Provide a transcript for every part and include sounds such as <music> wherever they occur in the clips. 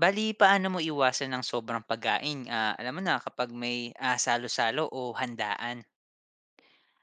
Bale, paano mo iwasan ng sobrang pagkain, alam mo na kapag may, salo-salo o handaan? <laughs>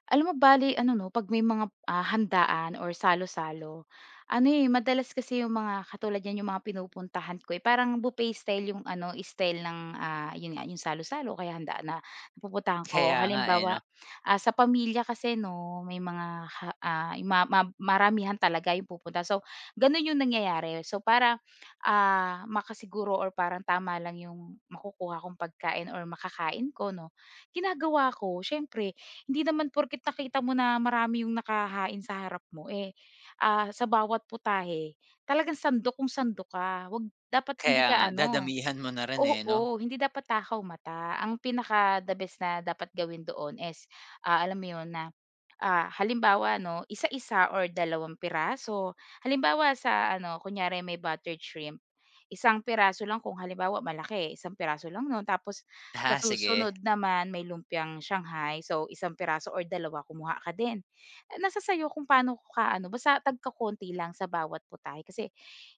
Alam mo bale ano 'no, 'pag may mga, handaan or salo-salo, ano, eh, madalas kasi yung mga katulad niyan yung mga pinupuntahan ko, eh, parang buffet style yung ano, style ng, yun nga, yung salo-salo kaya handaan na napupuntahan Kaya ko. nga, eh, 'no? Halimbawa, sa pamilya kasi 'no, may mga yung ma ma maramihan talaga yung pupunta. So, gano'n yung nangyayari. So, para, makasiguro or parang tama lang yung makukuha kong pagkain or makakain ko 'no, ginagawa ko siyempre hindi naman porket nakita mo na marami yung nakahain sa harap mo, eh, sa bawat putahe talagang sandok kung sandok ka. Wag dapat hindi Kaya ka nga, ano. dadamihan mo na rin, eh, 'no? Oo, hindi dapat takaw mata. Ang pinaka the best na dapat gawin doon is, alam mo yon na, halimbawa 'no, isa-isa or dalawang piraso. Halimbawa sa ano, kunyari may buttered shrimp, isang piraso lang kung halimbawa malaki, isang piraso lang no'n. Tapos sa Ah, sige, susunod naman may lumpiang Shanghai, so isang piraso or dalawa kumuha ka din. Eh, nasa sa'yo kung paano ka ano, basta tagkakonti lang sa bawat putahe kasi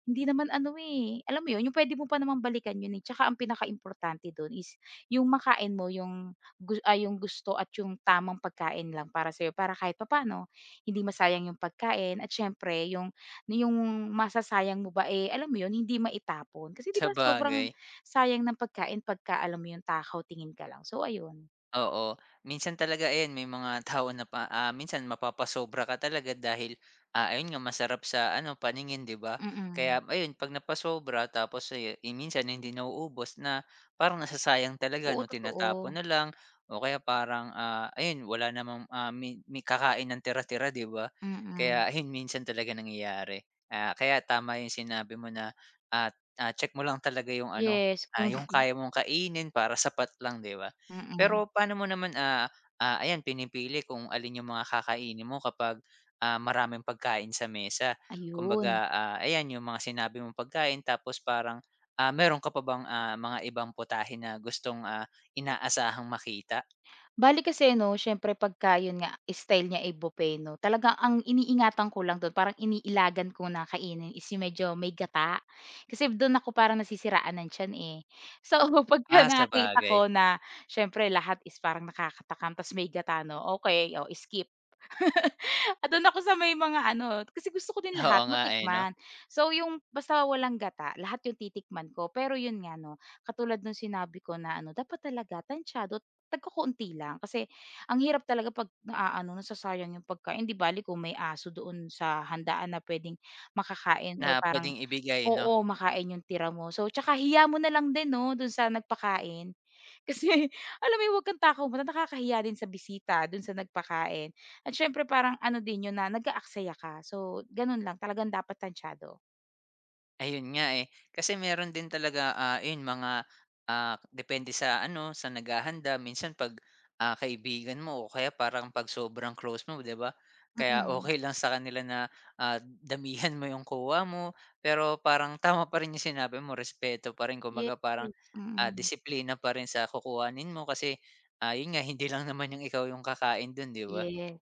hindi naman ano, eh, alam mo 'yun, yung puwede mo pa namang balikan 'yun, eh, tsaka ang pinakaimportante do'n is yung makain mo yung yung gusto at yung tamang pagkain lang para sa'yo, para kahit papaano hindi masayang yung pagkain at siyempre yung yung masasayang mo ba, eh, alam mo 'yun, hindi maitapon. Kasi 'di ba sobrang sabagay. sayang ng pagkain pagka alam mo 'yun, takaw tingin ka lang. So ayun, Oo, minsan talaga ayan may mga tao na minsan mapapasobra ka talaga dahil, ayun nga masarap sa ano paningin 'di ba? Kaya mm. ayun 'pag napasobra tapos minsan hindi nauubos na parang nasasayang talaga Oo, 'no, tinatapon totoo. na lang o kaya parang, ayun wala namang, mi mi kakain ng tira-tira 'di ba? Mm. Kaya ayun minsan talaga nangyayari. Ah, kaya tama yung sinabi mo na at, check mo lang talaga yung ano, Yes, kung yung <laughs> kaya mong kainin para sapat lang 'di ba? mm, Pero paano mo naman, ayan pinipili kung alin yung mga kakainin mo kapag, maraming pagkain sa mesa? ayun. Kumbaga, ayan yung mga sinabi mong pagkain tapos parang, meron ka pa bang, mga ibang putahe na gustong, inaasahang makita? Bali kasi 'no, siyempre pagka yun nga, style niya ay buffet 'no, talagang ang iniingatan ko lang dun, parang iniilagan ko na kainin is yung medyo may gata. Kasi dun ako parang nasisiraan ng tiyan, eh. So, <laughs> pagka Ah, nakita ko sabagay. na siyempre lahat is parang nakakatakam ta's may gata 'no, okay oh, skip. <laughs> Ah, do'n ako sa may mga ano, kasi gusto ko din Oo lahat nga, eh, 'no, matikman. So, yung basta walang gata, lahat yung titikman ko. Pero yun nga 'no, katulad nung sinabi ko na ano, dapat talaga tantsiyado, tagkakonti lang. Kasi ang hirap talaga 'pag naaano, nasasayang yung pagkain. 'Di bale kung may aso doon sa handaan na puwedeng makakain na or parang puwedeng ibigay 'no? oo, makain yung tira mo. So, tsaka hiya mo na lang din 'no, do'n sa nagpakain. Kasi <laughs> alam mo 'yun, huwag kang takaw muna, nakakahiya din sa bisita dun sa nagpakain at siyempre parang ano din 'yun na nag-aaksaya ka. So, gano'n lang talagang dapat tantsiyado. Ayun nga, eh. Kasi meron din talaga, ayun mga, depende sa ano, sa naghahanda. Minsan 'pag, kaibigan mo o kaya parang 'pag sobrang close mo, 'di ba? Kaya Mm. okay lang sa kanila na, damihan mo yung kuha mo, pero parang <laughs> tama pa rin yung sinabi mo, respeto pa rin. Yes, Kumbaga parang, mm. disiplina pa rin sa kukuhanin mo kasi, yun nga, hindi lang naman yung ikaw yung kakain dun, 'di ba? Yes.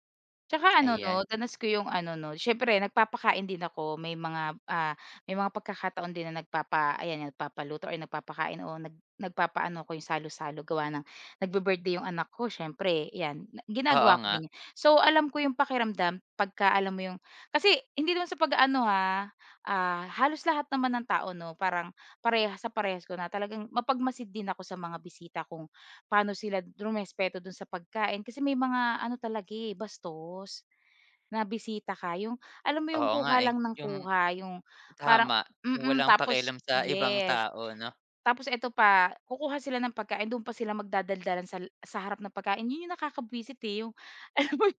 Tsaka ano Ayan. 'no, danas ko yung ano 'no, siyempre nagpapakain din ako may mga, may mga pagkakataon din na nagpapa ayan nagpapaluto or nagpapakain o nagpapaano ako yung salo-salo gawa ng nagbi-birthday yung anak ko siyempre 'yan, Oo ginagawa ko nga. din 'yan. So, alam ko yung pakiramdam pagka alam mo yung kasi hindi naman sa pag-aano ha, halos lahat naman ng tao 'no, parang parehas sa parehas ko na talagang mapagmasid din ako sa mga bisita kung paano sila rumespeto dun sa pagkain kasi may mga ano talaga, eh, bastos na bisita ka yung alam mo yung Oo nga, kuha eh. lang ng Yung kuha yung parang tama, yung mm, walang tapos pakialam sa ibang yes. tao, 'no? Tapos eto pa, kukuha sila ng pagkain dun pa sila magdadaldalan sa harap ng pagkain, yun yung nakakabwisit, eh, yung <laughs> alam mo yun,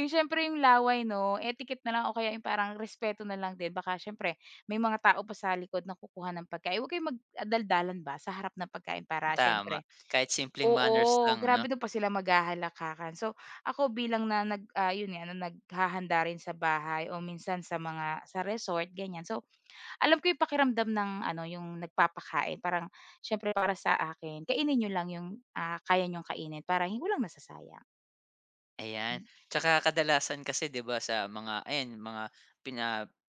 yung siyempre yung laway 'no, etiquette na lang o kaya yung parang respeto na lang din baka siyempre may mga tao pa sa likod na kukuha ng pagkain, huwag kayong magdaldalan ba sa harap ng pagkain para Tama, siyempre kahit simpleng manners oo, lang 'no, grabe dun pa sila maghahalakakan. So, ako bilang na yun nga, na naghahanda rin sa bahay o minsan sa mga sa resort, ganyan. So, alam ko yung pakiramdam ng ano, yung nagpapakain. Parang siyempre para sa akin, kainin niyo lang yung, kaya niyong kainin para walang masasayang, ayan. hmm, Tsaka kadalasan kasi 'di ba sa mga ayan mga pina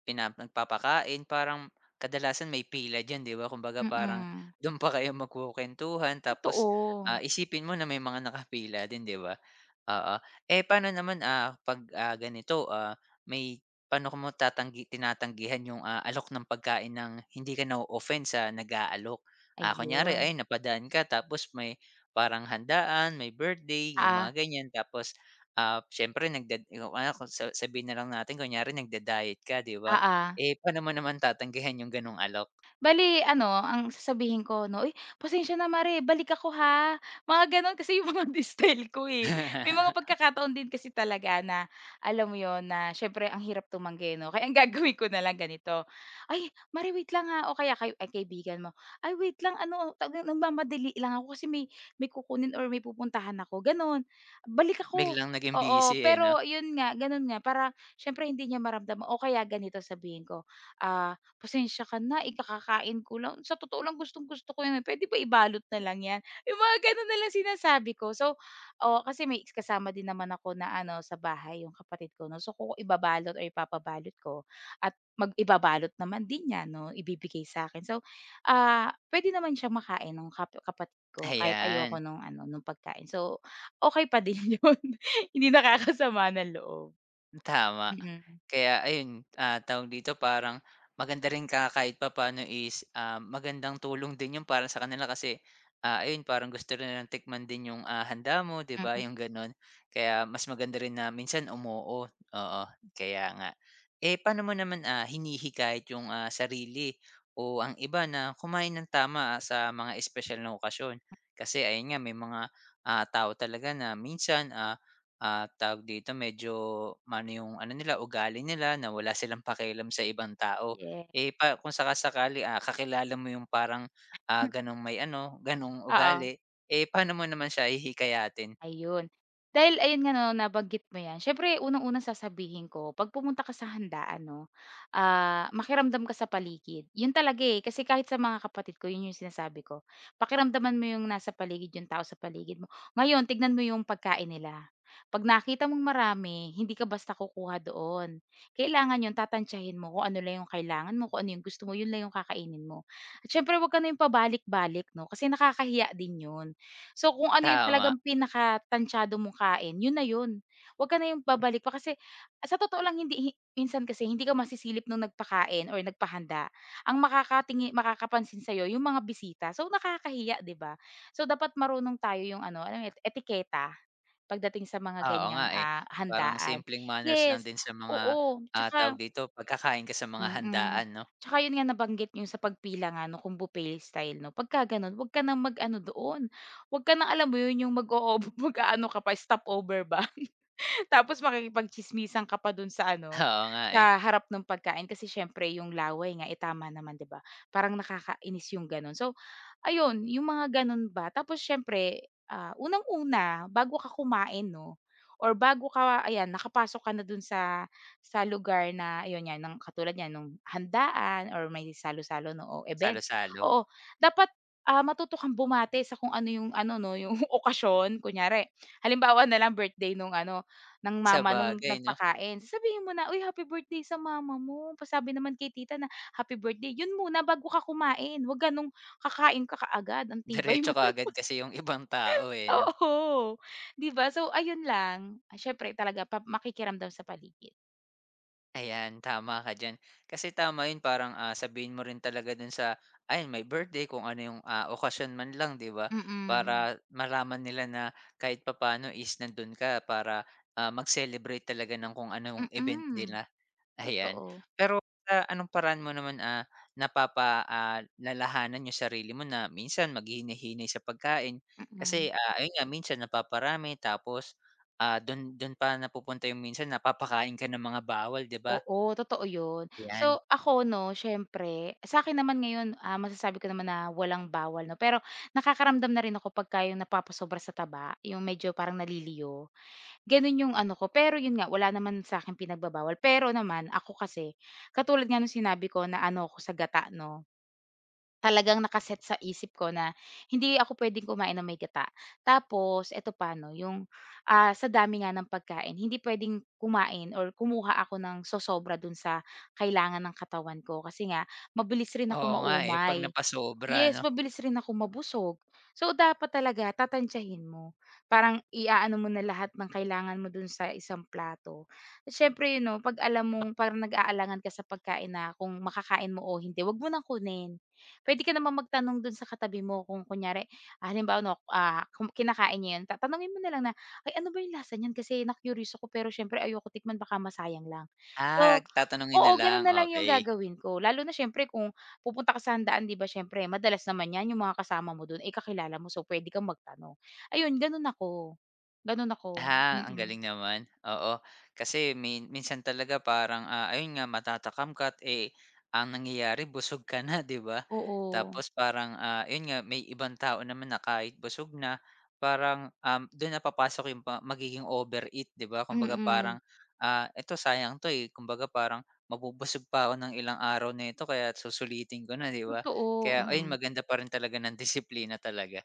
pina nagpapakain parang kadalasan may pila diyan 'di ba, kumbaga parang mm. dun pa kayo magkukuwentuhan tapos, Totoo, isipin mo na may mga nakapila din 'di ba? Oo. Eh, paano naman, 'pag, ganito, may paano ko mo tatanggi tinatanggihan yung, alok ng pagkain ng hindi ka na-o-offend sa nag-aalok? Ah, kunyari ayun. ayun napadaan ka tapos may parang handaan, may birthday, yung Oo, mga ganyan tapos, siyempre nagda yung ano kung sa sabihin na lang natin kunyari nagda-diet ka, 'di ba? oo. Eh, paano mo naman tatanggihan yung gano'ng alok? Bale ano, ang sasabihin ko 'no, "Uy, pasensya na mare, balik ako ha." Mga gano'n kasi yung mga <laughs> style ko, eh. May mga <laughs> pagkakataon din kasi talaga na alam mo yon na siyempre ang hirap tumanggi 'no, kaya ang <laughs> gagawin ko na lang ganito, "Ay mare wait lang ha." O kaya kay ay kaibigan mo, "Ay wait lang ano, ta nagmamadali lang ako kasi may may kukunin or may pupuntahan ako." Gano'n, "Balik ako." Biglang naging busy, Oo, eh, 'no? pero 'yun nga, gano'n nga para siyempre hindi niya maramdaman o kaya ganito sabihin ko, ah pasensya ka na, kakakain ko lang. Sa totoo lang gustong-gusto ko 'yan, eh, pwede ba ibalot na lang 'yan? Yung mga gano'n na lang sinasabi ko. So oo, kasi may kasama din naman ako na ano, sa bahay, yung kapatid ko 'no. So kung ibabalot or ipapabalot ko at ibabalot naman din niya 'no, ibibigay sa akin. So, pwede naman siya makain ng kapatid ko kahit Ayan, ayoko nung ano, nung pagkain. So okay pa din <laughs> yun, hindi nakakasama ng loob. tama. Mm, Kaya ayun, tawag dito, parang maganda rin ka kahit papaano is, magandang tulong din yung para sa kanila kasi, ayun parang gusto rin nilang tikman din 'yung, handa mo 'di ba, mm, 'yung gano'n. Kaya mas maganda rin na minsan umoo, oo, kaya nga. Eh, paano mo naman, hinihikayat 'yung, sarili o ang iba na kumain ng tama, sa mga espesyal na okasyon? Kasi ayun nga may mga, tao talaga na minsan, Ah, tawag dito, medyo maano yung ano nila, ugali nila na wala silang pakialam sa ibang tao. yes. Eh, pa kung saka-sakali, kakilala mo yung parang, <laughs> gano'ng may ano, gano'ng Oo. ugali, eh, paano mo naman siya hihikayatin? Ayun. Dahil ayun nga 'no, nabanggit mo 'yan. Siyempre unang-una sasabihin ko 'pag pumunta ka sa handaan 'no, makiramdam ka sa paligid. 'Yun talaga, eh, kasi kahit sa mga kapatid ko 'yun yung sinasabi ko. Pakiramdaman mo yung nasa paligid, yung tao sa paligid mo. Ngayon tignan mo yung pagkain nila. 'Pag nakita mong marami, hindi ka basta kukuha doon. Kailangan 'yun tatantyahin mo kung ano lang yung kailangan mo, kung ano yung gusto mo, 'yun lang yung kakainin mo. At siyempre 'wag ka na yung pabalik-balik 'no, kasi nakakahiya din 'yun. So, kung ano yung Tama, talagang pinakatantsado mong kain, yun na yun. Wag ka na yung babalik pa kasi sa totoo lang hindi hi minsan kasi hindi ka masisilip nung nagpakain or nagpahanda. Ang makakapansin sa'yo yung mga bisita. So, nakakahiya, 'di ba? So, dapat marunong tayo yung ano, alam mo yun, etiketa pagdating sa mga oo ganiyang, nga, eh. Parang handaan. simpleng manners lang Yes, din sa mga, oo. Tsaka tawag dito, pagkakain ka sa mga mm. handaan 'no? Tsaka yun nga nabanggit niyo sa pagpila nga 'no, kung buffet style 'no, pagka gano'n huwag ka ng mag-ano doon, huwag ka ng alam mo yun, yung <laughs> mag-aano ka pa, stopover ba. <laughs> Tapos makikipagtsismisan ka pa dun sa <laughs> ano, Oo nga, eh, sa harap nung pagkain kasi siyempre yung laway nga, eh, tama naman 'di ba, parang nakakainis yung gano'n. So ayun, yung mga gano'n ba. Tapos siyempre, unang-una bago ka kumain 'no, or bago ka ayan nakapasok ka na dun sa lugar na ayun nga ng katulad niyan nung handaan or may salo-salo 'no, o event. salo-salo. Oo, dapat, matuto kang bumate sa kung ano yung ano 'no, yung <laughs> okasyon. Kunyari, halimbawa na lang birthday nung ano, ng Sa mama nung bagay 'no, nagpakain. Sabihin mo na, "Uy, happy birthday sa mama mo. Pasabi naman kay tita na happy birthday." Yun muna bago ka kumain, 'wag gano'ng kakain ka kaagad, ang tibay diretso mo <laughs> kaagad naman. kasi yung ibang tao, eh, 'no? Oo, 'di ba? So ayun lang, siyempre talaga pa makikiramdam sa paligid. Ayan, tama ka diyan. Kasi tama 'yun parang, sabihin mo rin talaga dun sa ayan may birthday kung ano yung, okasyon man lang 'di ba? Para Mm, malaman nila na kahit papaano is nandun ka para, mag-celebrate talaga ng kung anong event mm, nila, ayan. totoo, Pero sa anong paraan mo naman, lalahanan yung sarili mo na minsan maghinay sa pagkain? Kasi, mm. Ayun nga minsan napaparami tapos, dun dun pa napupunta yung minsan napapakain ka ng mga bawal 'di ba? Oo, totoo 'yun. So Yan. ako 'no, syempre, sa akin naman ngayon, masasabi ko naman na walang bawal 'no, pero nakakaramdam na rin ako pagka yung napapasobra sa taba, yung medyo parang naliliyo. Gano'n yung ano ko, pero yun nga wala naman sa akin pinagbabawal. Pero naman ako kasi, katulad nga nung sinabi ko na ano ako sa gata 'no, talagang naka sa isip ko na hindi ako puwedeng kumain ng may gata. Tapos eto pa 'no, yung, sa dami nga ng pagkain hindi puwedeng kumain or kumuha ako ng sosobra dun sa kailangan ng katawan ko kasi nga mabilis rin Oo ako nga, eh, 'pag maumay. napasobra Yes, 'no? mabilis rin ako mabusog. So, dapat talaga tatantyahin mo. Parang iaano mo na lahat ng kailangan mo dun sa isang plato. Siyempre, you know, 'pag alam mong parang nag-aalangan ka sa pagkain na kung makakain mo o hindi, 'wag mo nang kunin. Puwede ka namang magtanong dun sa katabi mo kung kunyari, halimbawa 'no, kung kinakain niya 'yun, ta mo na lang na, "Ay, ano ba 'yung lasa niyan kasi na-curious ako pero siyempre ayoko tikman baka masayang lang." Ah, So tatanungin oo, na lang, gano'n na lang 'yung okay. gagawin ko. Lalo na siyempre kung pupunta ka sa handaan 'di ba siyempre madalas naman 'yan yung mga kasama mo do'n, eh, kakilala mo so puwede kang magtanong. Ayun gano'n ako, Ah, ang mm. galing naman, oo. Kasi minsan talaga parang, ayun nga matatakam ka at eh, ang nangyayari busog ka na, <laughs> 'di ba? Oo, Tapos parang, yun nga may ibang tao naman na kahit busog na parang, doon na papasok yung pa magiging overeat, 'di ba? Kumbaga parang, mm. Eto sayang 'to, eh, kumbaga parang mabubusog pa ako ng ilang araw na, nito kaya susulitin ko na, 'di ba? Totoo, Kaya ayun mm. maganda pa rin talaga ng <laughs> disiplina talaga.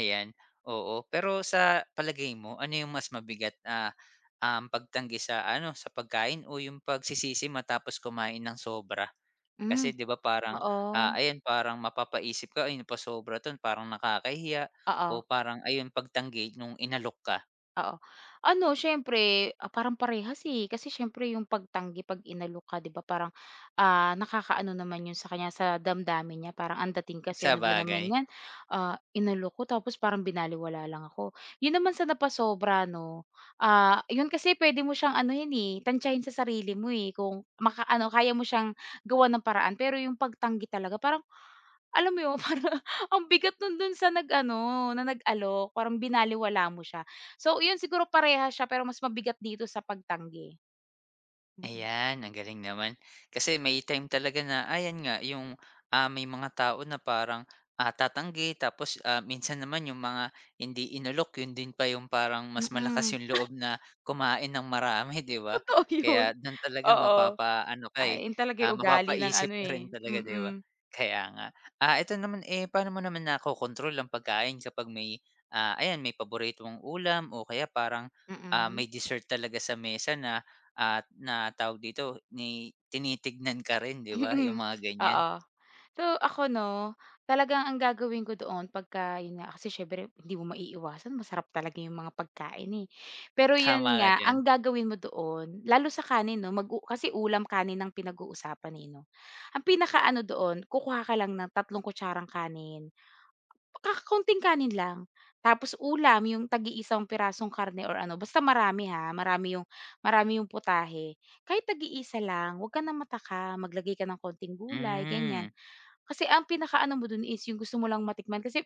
Ayan, oo. Pero sa palagay mo, ano yung mas mabigat, pagtanggi sa ano, sa pagkain o yung pagsisisi matapos kumain ng sobra? Kasi Hmm, 'di ba parang, oo, ayan parang mapapaisip ka, "Ay napasobra 'to, parang nakakahiya." oo. O parang ayun, pagtanggi nung inalok ka, Oo. Ano siyempre, parang parehas, eh, kasi siyempre yung pagtanggi 'pag inalok ka 'di ba parang, nakakaano naman yun sa kanya sa damdamin niya parang ang dating kasi ano ba naman sabagay. 'yan, inalok ko tapos parang binaliwala lang ako. Yun naman sa napasobra 'no, yun kasi puwede mo siyang anuhin, eh, tantyahin sa sarili mo, eh, kung makaano kaya mo siyang gawan ng paraan pero yung pagtanggi talaga parang alam mo yun <laughs> parang ang bigat nun dun sa nag-ano, na nag-alok, parang binaliwala mo siya. So yun siguro parehas siya pero mas mabigat dito sa pagtanggi. Mm. Ayan, ang galing naman. Kasi may time talaga na ayan nga yung, may mga tao na parang, tatanggi tapos, minsan naman yung mga hindi inalok yun din pa yung parang mas malakas Mm, yung loob na kumain ng marami, <laughs> 'di <laughs> ba? totoo yun, Kaya dun talaga oo. mapapa, ano ka, eh, Ay yun talaga yung ugali ng mapapaisip ano, ka rin eh, talaga, 'di ba? mm, Kaya nga. Ah, eto naman, eh, paano mo naman nakokontrol ang pagkain kapag may, ayan may paborito mong ulam o kaya parang, mm. may dessert talaga sa mesa na at na tawag dito, ni tinitignan ka rin 'di ba, yung Mm, mga ganyan. oo. So ako 'no, talagang ang gagawin ko doon pagka yun nga, kasi siyempre hindi mo maiiwasan masarap talaga yung mga pagkain, eh. Pero Tama yun ka nga, diyan. ang gagawin mo doon, lalo sa kanin 'no, mag-u kasi ulam kanin ang pinag-uusapan, eh, 'no. Ang pinakaano doon, kukuha ka lang ng tatlong kutsarang kanin. Kakaunting kanin lang, tapos ulam yung tagi isang pirasong karne or ano, basta marami ha, marami yung putahe. Kahit tagi iisa lang, 'wag ka ng mataka, maglagay ka ng konting gulay, ganyan. Hmm, Kasi ang pinakaano mo dun is yung gusto mo lang matikman kasi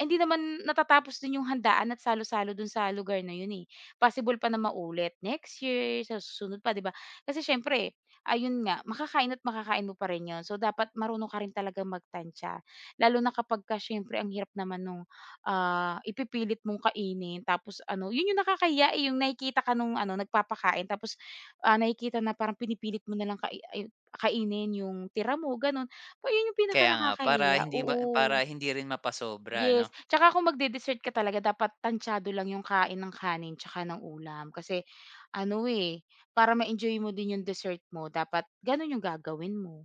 hindi naman natatapos din yung handaan at salo-salo dun sa lugar na yun, eh. Possible pa na maulit next year, sa susunod pa, 'di ba? Kasi siyempre, ayun nga, makakain at makakain mo pa rin yun. So, dapat marunong ka rin talagang magtantya. Lalo na kapagka siyempre ang hirap naman nung, ipipilit mong kainin tapos ano, yun yung nakakahiya, eh, yung nakikita ka nung ano, nagpapakain tapos, nakikita na parang pinipilit mo na lang kainin yung tira mo, gano'n. Oh, yun yung kaya nga para pinakanakakahiya, hindi ma para oo. hindi rin mapasobra 'no? Yes, tsaka kung magde-dessert ka talaga dapat tantsado lang yung kain ng kanin tsaka ng ulam kasi ano, eh, para ma-enjoy mo din yung dessert mo dapat ganun yung gagawin mo,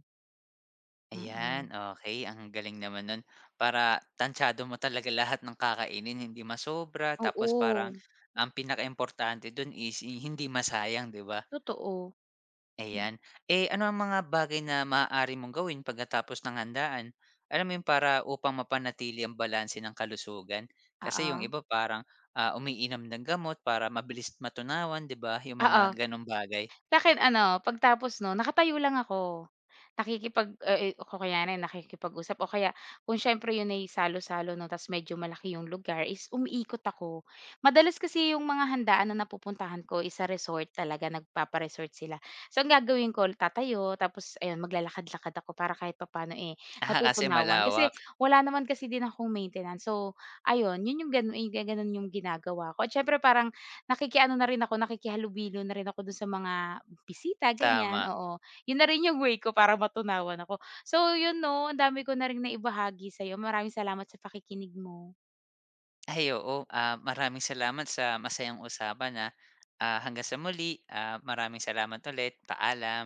Ayan, mm. okey ang galing naman nun. Para tantsado mo talaga lahat ng kakainin, hindi masobra tapos parang Oo, ang pinakaimportante dun is hindi masayang 'di ba? totoo. Hmm, Ayan. Eh, ano ang mga bagay na maaari mong gawin pagkatapos ng handaan? Alam mo yun, para upang mapanatili ang balanse ng kalusugan. Kasi yung oo, iba parang, umiinom ng gamot para mabilis matunawan, 'di ba? Yung mga oo. gano'ng bagay. <laughs> Sa'kin ano, pagtapos nun nakatayo lang ako. Kung kunyari nakikipag-usap o kaya kung siyempre yun ay salo-salo 'no ta's medyo malaki yung lugar is umiikot ako. Madalas kasi yung mga handaan na napupuntahan ko is sa resort talaga, nagpapa-resort sila. So, ang gagawin ko tatayo tapos ayun maglalakad-lakad ako para kahit papaano, eh, Ah, kasi natutunawan. Kasi malawak, wala naman kasi din akong maintenance. So, ayun yun yung gano'n yung ginagawa ko at siyempre parang nakikiano na rin ako, nakikihalubilo na rin ako dun sa mga bisita ganyan, tama. oo. Yun na rin yung way ko para matunawan ako. So yun 'no, ang dami ko na ring naibahagi sa'yo. Maraming salamat sa pakikinig mo. Ay, oo, maraming salamat sa masayang usapan, na, Ah, hanggang sa muli, maraming salamat ulit. Paalam.